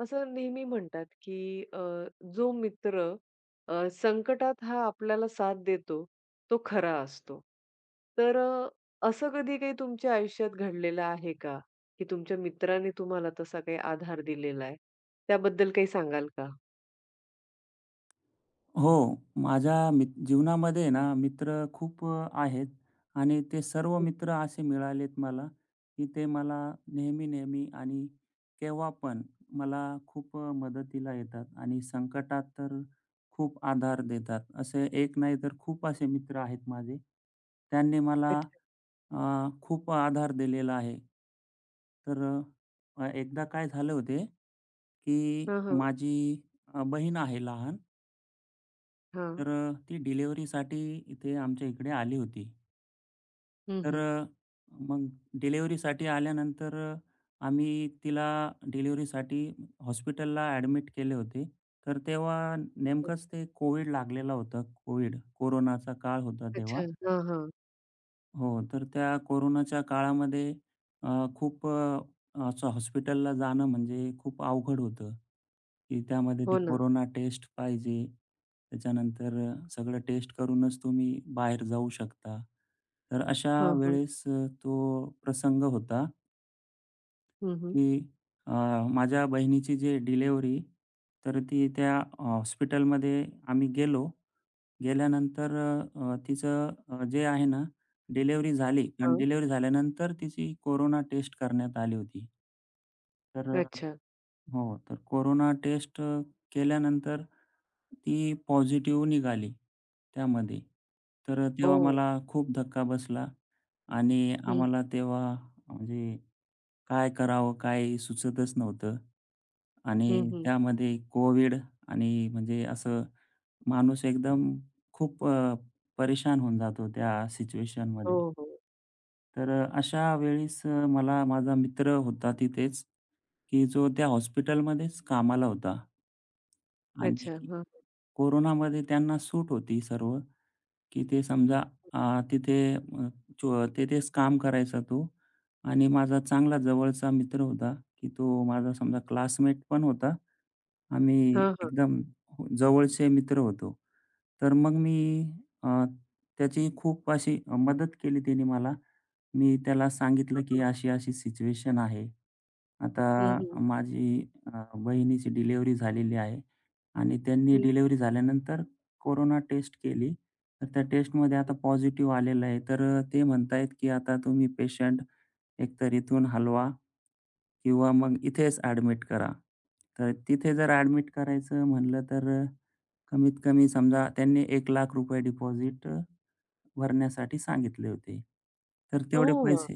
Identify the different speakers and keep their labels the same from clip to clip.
Speaker 1: असं नेहमी म्हणतात, की जो मित्र संकटात हा आपल्याला साथ देतो, तो खरा असतो. तर असं कधी काही तुमच्या आयुष्यात घडलेलं आहे का? की तुमच्या मित्राने तुम्हाला तसा काही आधार दिलेला आहे? त्याबद्दल काही सांगाल का?
Speaker 2: हो. माझ्या जीवनामध्ये ना मित्र खूप आहेत आणि ते सर्व
Speaker 1: हं.
Speaker 2: मित्र असे मिळालेत मला, की ते मला नेहमी-नेहमी आणि केव्हा पण मला खूप मदतीला येतात आणि संकटात तर खूप आधार देतात. असे एक नाही तर खूप असे मित्र आहेत माझे. त्यांनी मला
Speaker 1: अच्छा.
Speaker 2: खूप आधार दिलेला आहे. तर एकदा काय झाले होते, की
Speaker 1: हां, हां.
Speaker 2: माझी बहीण आहे लहान.
Speaker 1: हां.
Speaker 2: तर ती डिलिव्हरीसाठी इथे आमच्या इकडे आली होती.
Speaker 1: हं,
Speaker 2: तर
Speaker 1: हं.
Speaker 2: मग डिलिव्हरीसाठी आल्यानंतर आम्ही तिला डिलिव्हरीसाठी हॉस्पिटलला ॲडमिट केले होते. तर तेव्हा
Speaker 1: हं.
Speaker 2: नेमकंच ते कोविड लागलेलं होतं. कोविड कोरोनाचा काळ होता तेव्हा.
Speaker 1: अच्छा. हां, हां.
Speaker 2: हो, तर त्या कोरोनाच्या काळामध्ये अ, खूप असं हॉस्पिटलला जाणं म्हणजे खूप अवघड होतं, की त्यामध्ये ते
Speaker 1: हो ना.
Speaker 2: कोरोना टेस्ट पाहिजे. त्याच्यानंतर सगळं टेस्ट करूनच तुम्ही बाहेर जाऊ शकता. तर अशा
Speaker 1: हां, हां.
Speaker 2: वेळेस तो प्रसंग होता,
Speaker 1: हं, हं.
Speaker 2: की अ, माझ्या बहिणीची जी डिलिव्हरी तर ती त्या हॉस्पिटलमध्ये आम्ही गेलो. गेल्यानंतर अ, अ, तिचं जे आहे ना, डिलिव्हरी झाली पण
Speaker 1: हां.
Speaker 2: डिलिव्हरी झाल्यानंतर तिची कोरोना टेस्ट करण्यात आली होती. तर
Speaker 1: अच्छा.
Speaker 2: हो, तर कोरोना टेस्ट केल्यानंतर ती पॉझिटिव्ह निघाली त्यामध्ये. तर तेव्हा
Speaker 1: ओह!
Speaker 2: मला खूप धक्का बसला आणि
Speaker 1: हं.
Speaker 2: आम्हाला तेव्हा म्हणजे काय करावं, काय सुचतच नव्हतं
Speaker 1: हं,
Speaker 2: आणि
Speaker 1: हं.
Speaker 2: त्यामध्ये कोविड आणि म्हणजे असं माणूस एकदम खूप परेशान होऊन जातो त्या सिच्युएशनमध्ये.
Speaker 1: हो, हो.
Speaker 2: तर अशा वेळेस मला माझा मित्र होता तिथेच, की जो त्या हॉस्पिटलमध्येच कामाला होता आणि
Speaker 1: अच्छा. हां, हां.
Speaker 2: कोरोनामध्ये त्यांना सूट होती सर्व, की ते समजा तिथे तिथेच काम करायचा तो आणि माझा चांगला जवळचा मित्र होता, की तो माझा समजा क्लासमेट पण होता. आम्ही
Speaker 1: हां, हां.
Speaker 2: एकदम हो, जवळचे मित्र होतो. तर मग मी अ, त्याची खूप अशी मदत केली त्याने मला. मी त्याला सांगितलं,
Speaker 1: हां,
Speaker 2: की
Speaker 1: हां.
Speaker 2: अशी-अशी सिच्युएशन आहे. आता
Speaker 1: हं, हं.
Speaker 2: माझी बहिणीची डिलिव्हरी झालेली आहे आणि त्यांनी
Speaker 1: हं,
Speaker 2: डिलिव्हरी झाल्यानंतर कोरोना टेस्ट केली. तर त्या टेस्टमध्ये आता
Speaker 1: हं.
Speaker 2: पॉझिटिव्ह आलेलं आहे. तर ते म्हणतायत, की आता तुम्ही पेशंट एकतर इथून हलवा किंवा मग इथेच ॲडमिट करा. तर तिथे जर ॲडमिट करायचं म्हणलं तर कमीत कमी समजा त्यांनी ₹1,00,000 डिपॉझिट भरण्यासाठी सांगितले होते. तर तेवढे
Speaker 1: हो.
Speaker 2: पैसे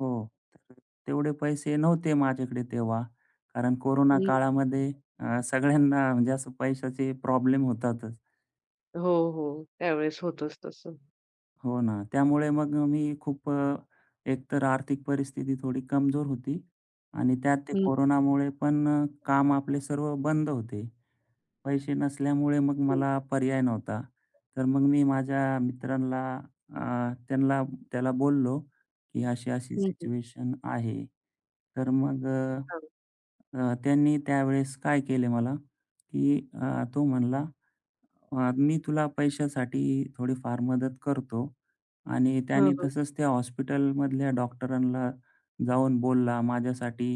Speaker 2: हो. तर तेवढे पैसे नव्हते माझ्याकडे तेव्हा. कारण कोरोना
Speaker 1: हं.
Speaker 2: काळामध्ये सगळ्यांना म्हणजे असं पैशाचे प्रॉब्लेम होतातच.
Speaker 1: हो, हो. त्यावेळेस होतंच तसं.
Speaker 2: हो ना. त्यामुळे मग मी खूप एकतर आर्थिक परिस्थिती थोडी कमजोर होती आणि त्यात ते
Speaker 1: हं,
Speaker 2: कोरोनामुळे पण काम आपले सर्व बंद होते. पैसे नसल्यामुळे मग
Speaker 1: हं.
Speaker 2: मला पर्याय नव्हता. तर मग मी माझ्या मित्रांना अ, त्यांना त्याला बोललो, की अशी-अशी
Speaker 1: हं, हं.
Speaker 2: सिच्युएशन आहे. तर मग अ,
Speaker 1: हां.
Speaker 2: अ, त्यांनी त्यावेळेस काय केले मला, की तो म्हणला, मी तुला पैशासाठी थोडीफार मदत करतो." आणि
Speaker 1: हां,
Speaker 2: त्याने
Speaker 1: हां.
Speaker 2: तसंच त्या हॉस्पिटलमधल्या डॉक्टरांना जाऊन बोलला माझ्यासाठी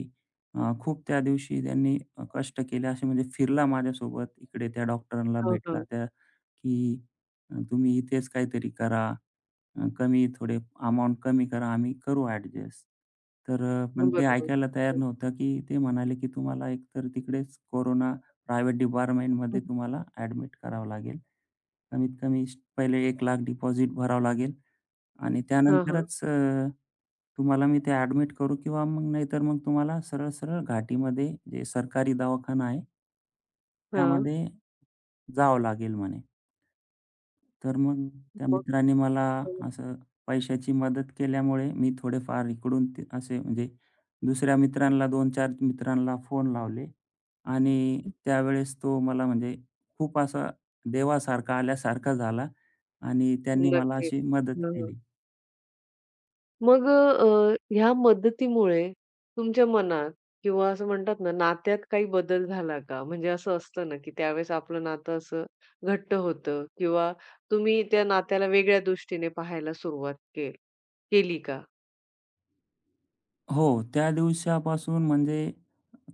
Speaker 2: खूप त्या दिवशी त्यांनी कष्ट केले असे म्हणजे फिरला माझ्यासोबत इकडे त्या डॉक्टरांना
Speaker 1: हां,
Speaker 2: भेटला
Speaker 1: हां.
Speaker 2: त्या, की "तुम्ही इथेच काहीतरी करा. कमी थोडे अमाउंट कमी करा. आम्ही करू ॲडजस्ट." तर पण ते
Speaker 1: बरोबर.
Speaker 2: ऐकायला तयार नव्हतं, की ते म्हणाले, की "तुम्हाला एकतर तिकडेच कोरोना प्रायव्हेट डिपार्टमेंटमध्ये
Speaker 1: हं.
Speaker 2: तुम्हाला ॲडमिट करावं लागेल. कमीत कमी पहिले 1,00,000 डिपॉझिट भरावं लागेल. आणि
Speaker 1: हां, हां.
Speaker 2: त्यानंतरच तुम्हाला मी ते ॲडमिट करू किंवा मग नाहीतर मग तुम्हाला सरळ-सरळ घाटीमध्ये जे सरकारी दवाखाना आहे,
Speaker 1: हां.
Speaker 2: त्यामध्ये जावं लागेल म्हणे. तर मग त्या
Speaker 1: मग
Speaker 2: मित्राने मला
Speaker 1: अ,
Speaker 2: असं पैशाची मदत केल्यामुळे मी थोडेफार इकडून ते असे म्हणजे दुसऱ्या मित्रांना 2-4 मित्रांना फोन लावले आणि त्यावेळेस तो मला म्हणजे खूप असा देवासारखा आल्यासारखा झाला आणि त्यांनी मला
Speaker 1: नक्कीच.
Speaker 2: अशी मदत
Speaker 1: हां, हां.
Speaker 2: केली.
Speaker 1: मग ह्या मदतीमुळे तुमच्या मनात किंवा असं म्हणतात ना, नात्यात काही बदल झाला का? म्हणजे असं असतं ना, की त्यावेळेस आपलं नातं असं घट्ट होतं किंवा तुम्ही त्या नात्याला वेगळ्या दृष्टीने पाहायला सुरुवात केली का?
Speaker 2: हो, त्या दिवसापासून म्हणजे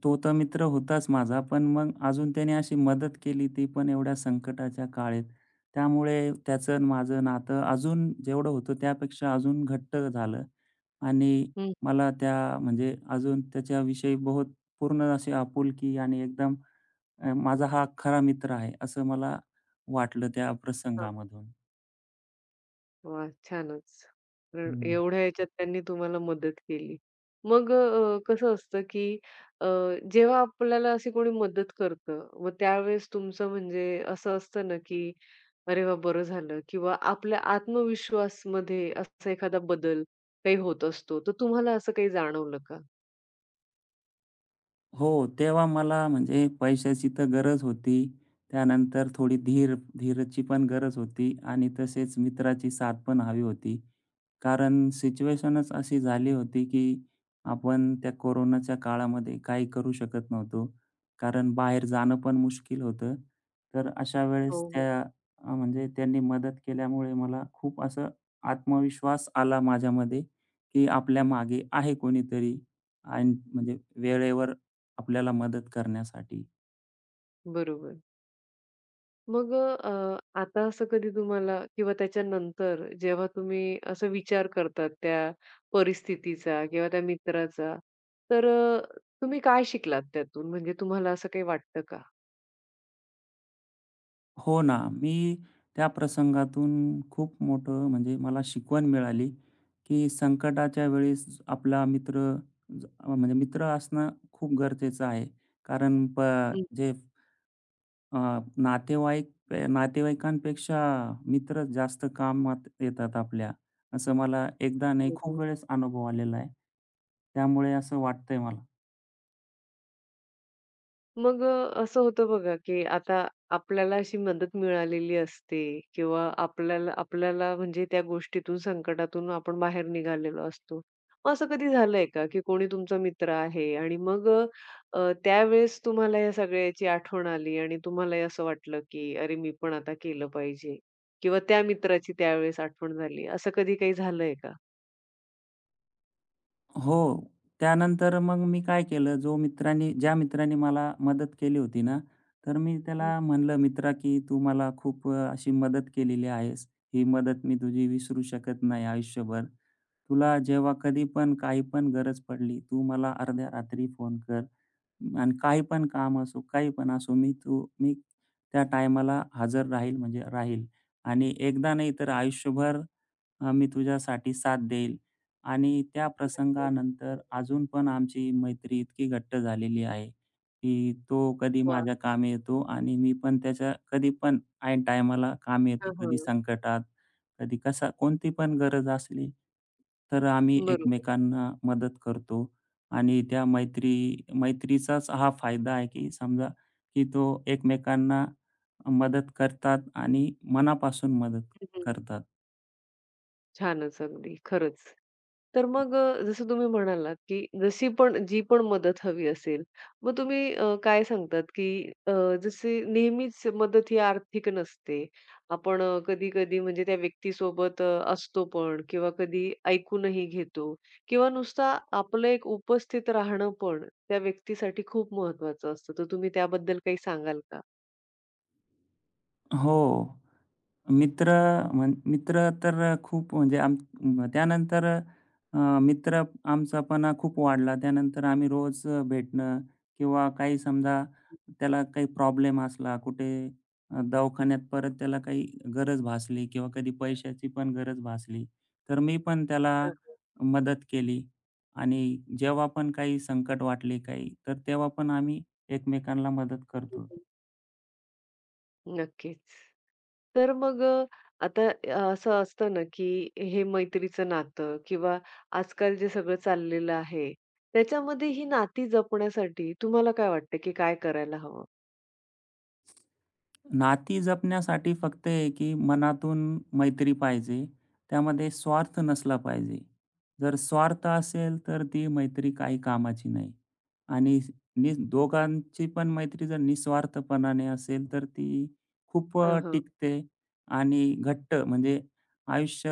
Speaker 2: तो तर मित्र होताच माझा, पण मग अजून त्याने अशी मदत केली ती पण एवढ्या संकटाच्या काळेत. त्यामुळे त्याचं आणि माझं नातं अजून जेवढं होतं त्यापेक्षा अजून घट्ट झालं आणि
Speaker 1: हं.
Speaker 2: मला त्या म्हणजे अजून त्याच्याविषयी बहुत पूर्ण अशी आपुलकी आणि एकदम माझा हा खरा मित्र आहे, असं मला वाटलं त्या
Speaker 1: हां.
Speaker 2: प्रसंगामधून.
Speaker 1: वाह! छानच. कारण एवढ्या ह्याच्यात त्यांनी तुम्हाला मदत केली. मग कसं असतं, की अ, जेव्हा आपल्याला अशी कोणी मदत करतं, मग त्यावेळेस तुमचं म्हणजे असं असतं ना, की "अरे वाह! बरं झालं" किंवा आपल्या आत्मविश्वासमध्ये असा एखादा बदल काही होत असतो, तर तुम्हाला असं काही जाणवलं का?
Speaker 2: हो, तेव्हा मला म्हणजे पैशाची तर गरज होती. त्यानंतर थोडी धीरची पण गरज होती आणि तसेच मित्राची साथ पण हवी होती. कारण सिच्युएशनच अशी झाली होती, की आपण त्या कोरोनाच्या काळामध्ये काही करू शकत नव्हतो. कारण बाहेर जाणं पण मुश्किल होतं. तर अशा
Speaker 1: हो,
Speaker 2: वेळेस
Speaker 1: हो.
Speaker 2: त्या म्हणजे त्यांनी मदत केल्यामुळे मला खूप असं आत्मविश्वास आला माझ्यामध्ये, की आपल्या मागे आहे कोणीतरी आणि म्हणजे वेळेवर आपल्याला मदत करण्यासाठी.
Speaker 1: बरोबर. मग आता असं कधी तुम्हाला किंवा त्याच्यानंतर जेव्हा तुम्ही असं विचार करतात त्या परिस्थितीचा किंवा त्या मित्राचा, तर तुम्ही काय शिकलात त्यातून? म्हणजे तुम्हाला असं काही वाटतं का?
Speaker 2: हो ना, मी त्या प्रसंगातून खूप मोठं म्हणजे मला शिकवण मिळाली, की संकटाच्या वेळेस आपला मित्र म्हणजे मित्र असणं खूप गरजेचं आहे. कारण
Speaker 1: हं,
Speaker 2: जे अ, नातेवाईक नातेवाईकांपेक्षा मित्र जास्त कामात येतात आपल्या, असं मला एकदा नाही
Speaker 1: हो,
Speaker 2: खूप
Speaker 1: हो.
Speaker 2: वेळेस अनुभव आलेला आहे. त्यामुळे असं वाटतंय मला.
Speaker 1: मग असं होतं बघा, की आता आपल्याला अशी मदत मिळालेली असते किंवा आपल्याला आपल्याला म्हणजे त्या गोष्टीतून, संकटातून आपण बाहेर निघालेलो असतो. मग असं कधी झालंय का, की कोणी तुमचा मित्र आहे आणि मग अ, अ, त्यावेळेस तुम्हाला या सगळ्याची आठवण आली आणि तुम्हालाही असं वाटलं, की "अरे, मी पण आता केलं पाहिजे" किंवा त्या मित्राची त्यावेळेस आठवण झाली, असं कधी काही झालंय का?
Speaker 2: हो. त्यानंतर मग मी काय केलं, जो मित्रांनी ज्या मित्रांनी मला मदत केली होती ना, तर मी
Speaker 1: हं,
Speaker 2: त्याला म्हणलं मित्रा, की "तू मला खूप अशी मदत केलेली आहेस. ही मदत मी तुझी विसरू शकत नाही आयुष्यभर. तुला जेव्हा कधी पण काही पण गरज पडली, तू मला अर्ध्या रात्री फोन कर आणि काही पण काम असो, काही पण असो, मी त्या टायमाला हजर राहील म्हणजे राहील आणि एकदा नाही तर आयुष्यभर मी तुझ्यासाठी साथ देईल." आणि त्या
Speaker 1: नक्कीच.
Speaker 2: प्रसंगानंतर अजून पण आमची मैत्री इतकी घट्ट झालेली आहे, की तो कधी
Speaker 1: वाह!
Speaker 2: माझ्या कामी येतो आणि मी पण त्याच्या कधी पण ऐन टायमाला कामी येतो.
Speaker 1: हां,
Speaker 2: कधी संकटात, कधी कसा कोणती पण गरज असली, तर आम्ही
Speaker 1: बरोबर.
Speaker 2: एकमेकांना मदत करतो आणि त्या मैत्रीचाच हा फायदा आहे, की समजा की तो एकमेकांना मदत करतात आणि मनापासून मदत करतात.
Speaker 1: छानच अगदी, खरंच. तर मग जसं तुम्ही म्हणालात, की जशी पण जी पण मदत हवी असेल, मग तुम्ही काय सांगतात, की अ, जशी नेहमीच मदत ही आर्थिक नसते. आपण कधी-कधी म्हणजे त्या व्यक्तीसोबत असतो पण किंवा कधी ऐकूनही घेतो किंवा नुसता आपलं एक उपस्थित राहणं पण त्या व्यक्तीसाठी खूप महत्त्वाचं असतं. तर तुम्ही त्याबद्दल काही सांगाल का?
Speaker 2: हो. मित्र मित्र तर खूप म्हणजे आम म त्यानंतर मित्र आमचापणा खूप वाढला. त्यानंतर आम्ही रोज भेटणं किंवा काही समजा त्याला काही प्रॉब्लेम असला कुठे दवाखान्यात परत त्याला काही गरज भासली किंवा कधी पैशाची पण गरज भासली, तर मी पण त्याला मदत केली आणि जेव्हा पण काही संकट वाटले काही, तर तेव्हा पण आम्ही एकमेकांना मदत करतो.
Speaker 1: नक्कीच. तर मग आता असं असतं ना, की हे मैत्रीचं नातं किंवा आजकाल जे सगळं चाललेलं आहे, त्याच्यामध्ये ही नाती जपण्यासाठी तुम्हाला काय वाटतं, की काय करायला हवं?
Speaker 2: नाती जपण्यासाठी फक्त आहे की मनातून मैत्री पाहिजे. त्यामध्ये स्वार्थ नसला पाहिजे. जर स्वार्थ असेल तर ती मैत्री काही कामाची नाही आणि दोघांची पण मैत्री जर निस्वार्थपणाने असेल तर ती खूप
Speaker 1: हां, हां.
Speaker 2: टिकते आणि घट्ट म्हणजे आयुष्य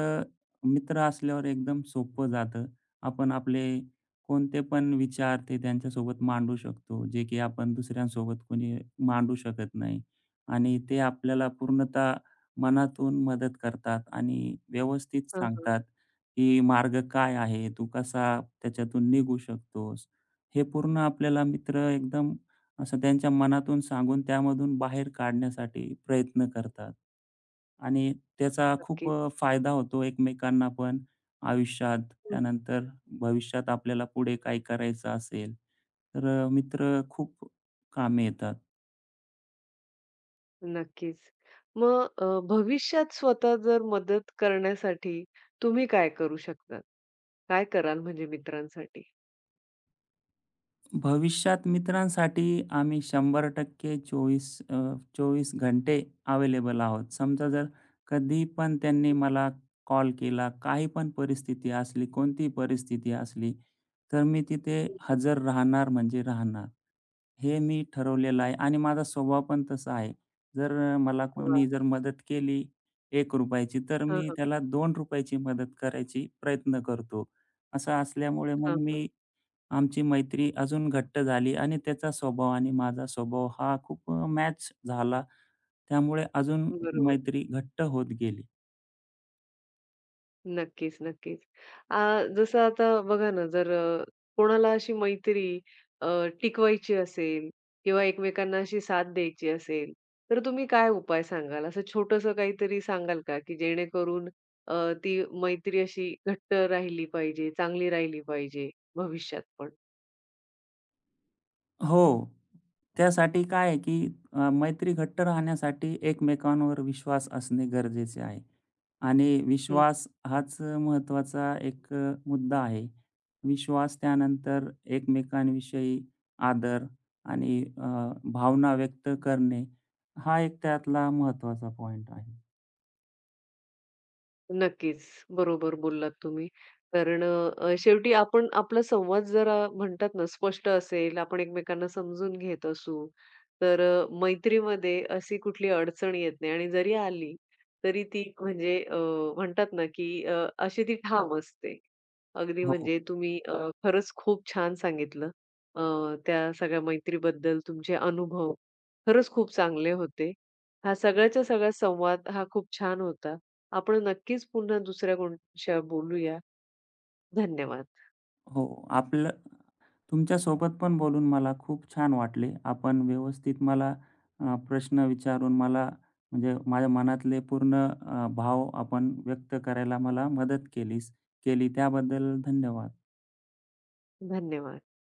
Speaker 2: मित्र असल्यावर एकदम सोपं जातं. आपण आपले कोणते पण विचार ते त्यांच्यासोबत मांडू शकतो, जे की आपण दुसऱ्यांसोबत कोणी मांडू शकत नाही. आणि ते आपल्याला पूर्णतः मनातून मदत करतात आणि व्यवस्थित
Speaker 1: हां, हां.
Speaker 2: सांगतात, की मार्ग काय आहे, तू कसा त्याच्यातून निघू शकतोस. हे पूर्ण आपल्याला मित्र एकदम असं त्यांच्या मनातून सांगून त्यामधून बाहेर काढण्यासाठी प्रयत्न करतात. आणि त्याचा खूप
Speaker 1: नक्कीच.
Speaker 2: फायदा होतो एकमेकांना पण आयुष्यात.
Speaker 1: हं, हं.
Speaker 2: त्यानंतर भविष्यात आपल्याला पुढे काय करायचं असेल, तर मित्र खूप कामी येतात.
Speaker 1: नक्कीच. मग भविष्यात स्वतः जर मदत करण्यासाठी तुम्ही काय करू शकता? काय कराल म्हणजे मित्रांसाठी?
Speaker 2: भविष्यात मित्रांसाठी आम्ही 100% 24 24 घंटे अवेलेबल आहोत. समजा जर कधी पण त्यांनी
Speaker 1: हं,
Speaker 2: मला कॉल केला, काही पण परिस्थिती असली, कोणतीही परिस्थिती असली, तर मी तिथे
Speaker 1: हं, हं.
Speaker 2: हजर राहणार म्हणजे राहणार. हे मी ठरवलेलं आहे आणि माझा स्वभाव पण तसा आहे. जर मला
Speaker 1: वाह!
Speaker 2: कोणी जर मदत केली ₹1 ची, तर
Speaker 1: हां,
Speaker 2: मी
Speaker 1: हां.
Speaker 2: त्याला ₹2 ची मदत करायची प्रयत्न करतो. असं असल्यामुळे मग
Speaker 1: हां, हां.
Speaker 2: आमची मैत्री अजून घट्ट झाली आणि त्याचा स्वभाव आणि माझा स्वभाव हा खूप मॅच झाला. त्यामुळे अजून
Speaker 1: बरोबर.
Speaker 2: मैत्री घट्ट होत गेली.
Speaker 1: नक्कीच, नक्कीच. अ, जसं आता बघा ना, जर कोणाला अशी मैत्री अ, टिकवायची असेल किंवा एकमेकांना अशी साथ द्यायची असेल, तर तुम्ही काय उपाय सांगाल? असं छोटंसं काहीतरी सांगाल का, की जेणेकरून अ, ती मैत्री अशी घट्ट राहिली पाहिजे, चांगली राहिली पाहिजे भविष्यात पण?
Speaker 2: हो. त्यासाठी काय आहे, की मैत्री घट्ट राहण्यासाठी एकमेकांवर विश्वास असणे गरजेचे आहे आणि विश्वास हाच महत्त्वाचा एक मुद्दा आहे. विश्वास त्यानंतर एकमेकांविषयी आदर आणि भावना व्यक्त करणे हा एक त्यातला महत्त्वाचा पॉइंट आहे.
Speaker 1: नक्कीच. बरोबर बोललात तुम्ही. कारण शेवटी आपण आपला संवाद जरा म्हणतात ना, स्पष्ट असेल, आपण एकमेकांना समजून घेत असू, तर मैत्रीमध्ये अशी कुठली अडचण येत नाही आणि जरी आली, तरी ती म्हणजे म्हणतात ना, की अशी ती ठाम असते. अगदी
Speaker 2: हो.
Speaker 1: म्हणजे तुम्ही खरंच खूप छान सांगितलं. त्या सगळ्या मैत्रीबद्दल तुमचे अनुभव खरंच खूप चांगले होते. हा सगळ्याच्या सगळा संवाद हा खूप छान होता. आपण नक्कीच पुन्हा दुसऱ्या कोणाशी बोलूया. धन्यवाद.
Speaker 2: हो. आपलं तुमच्यासोबत पण बोलून मला खूप छान वाटले. आपण व्यवस्थित मला प्रश्न विचारून मला म्हणजे माझ्या मनातले पूर्ण भाव आपण व्यक्त करायला मला मदत केली त्याबद्दल धन्यवाद.
Speaker 1: धन्यवाद.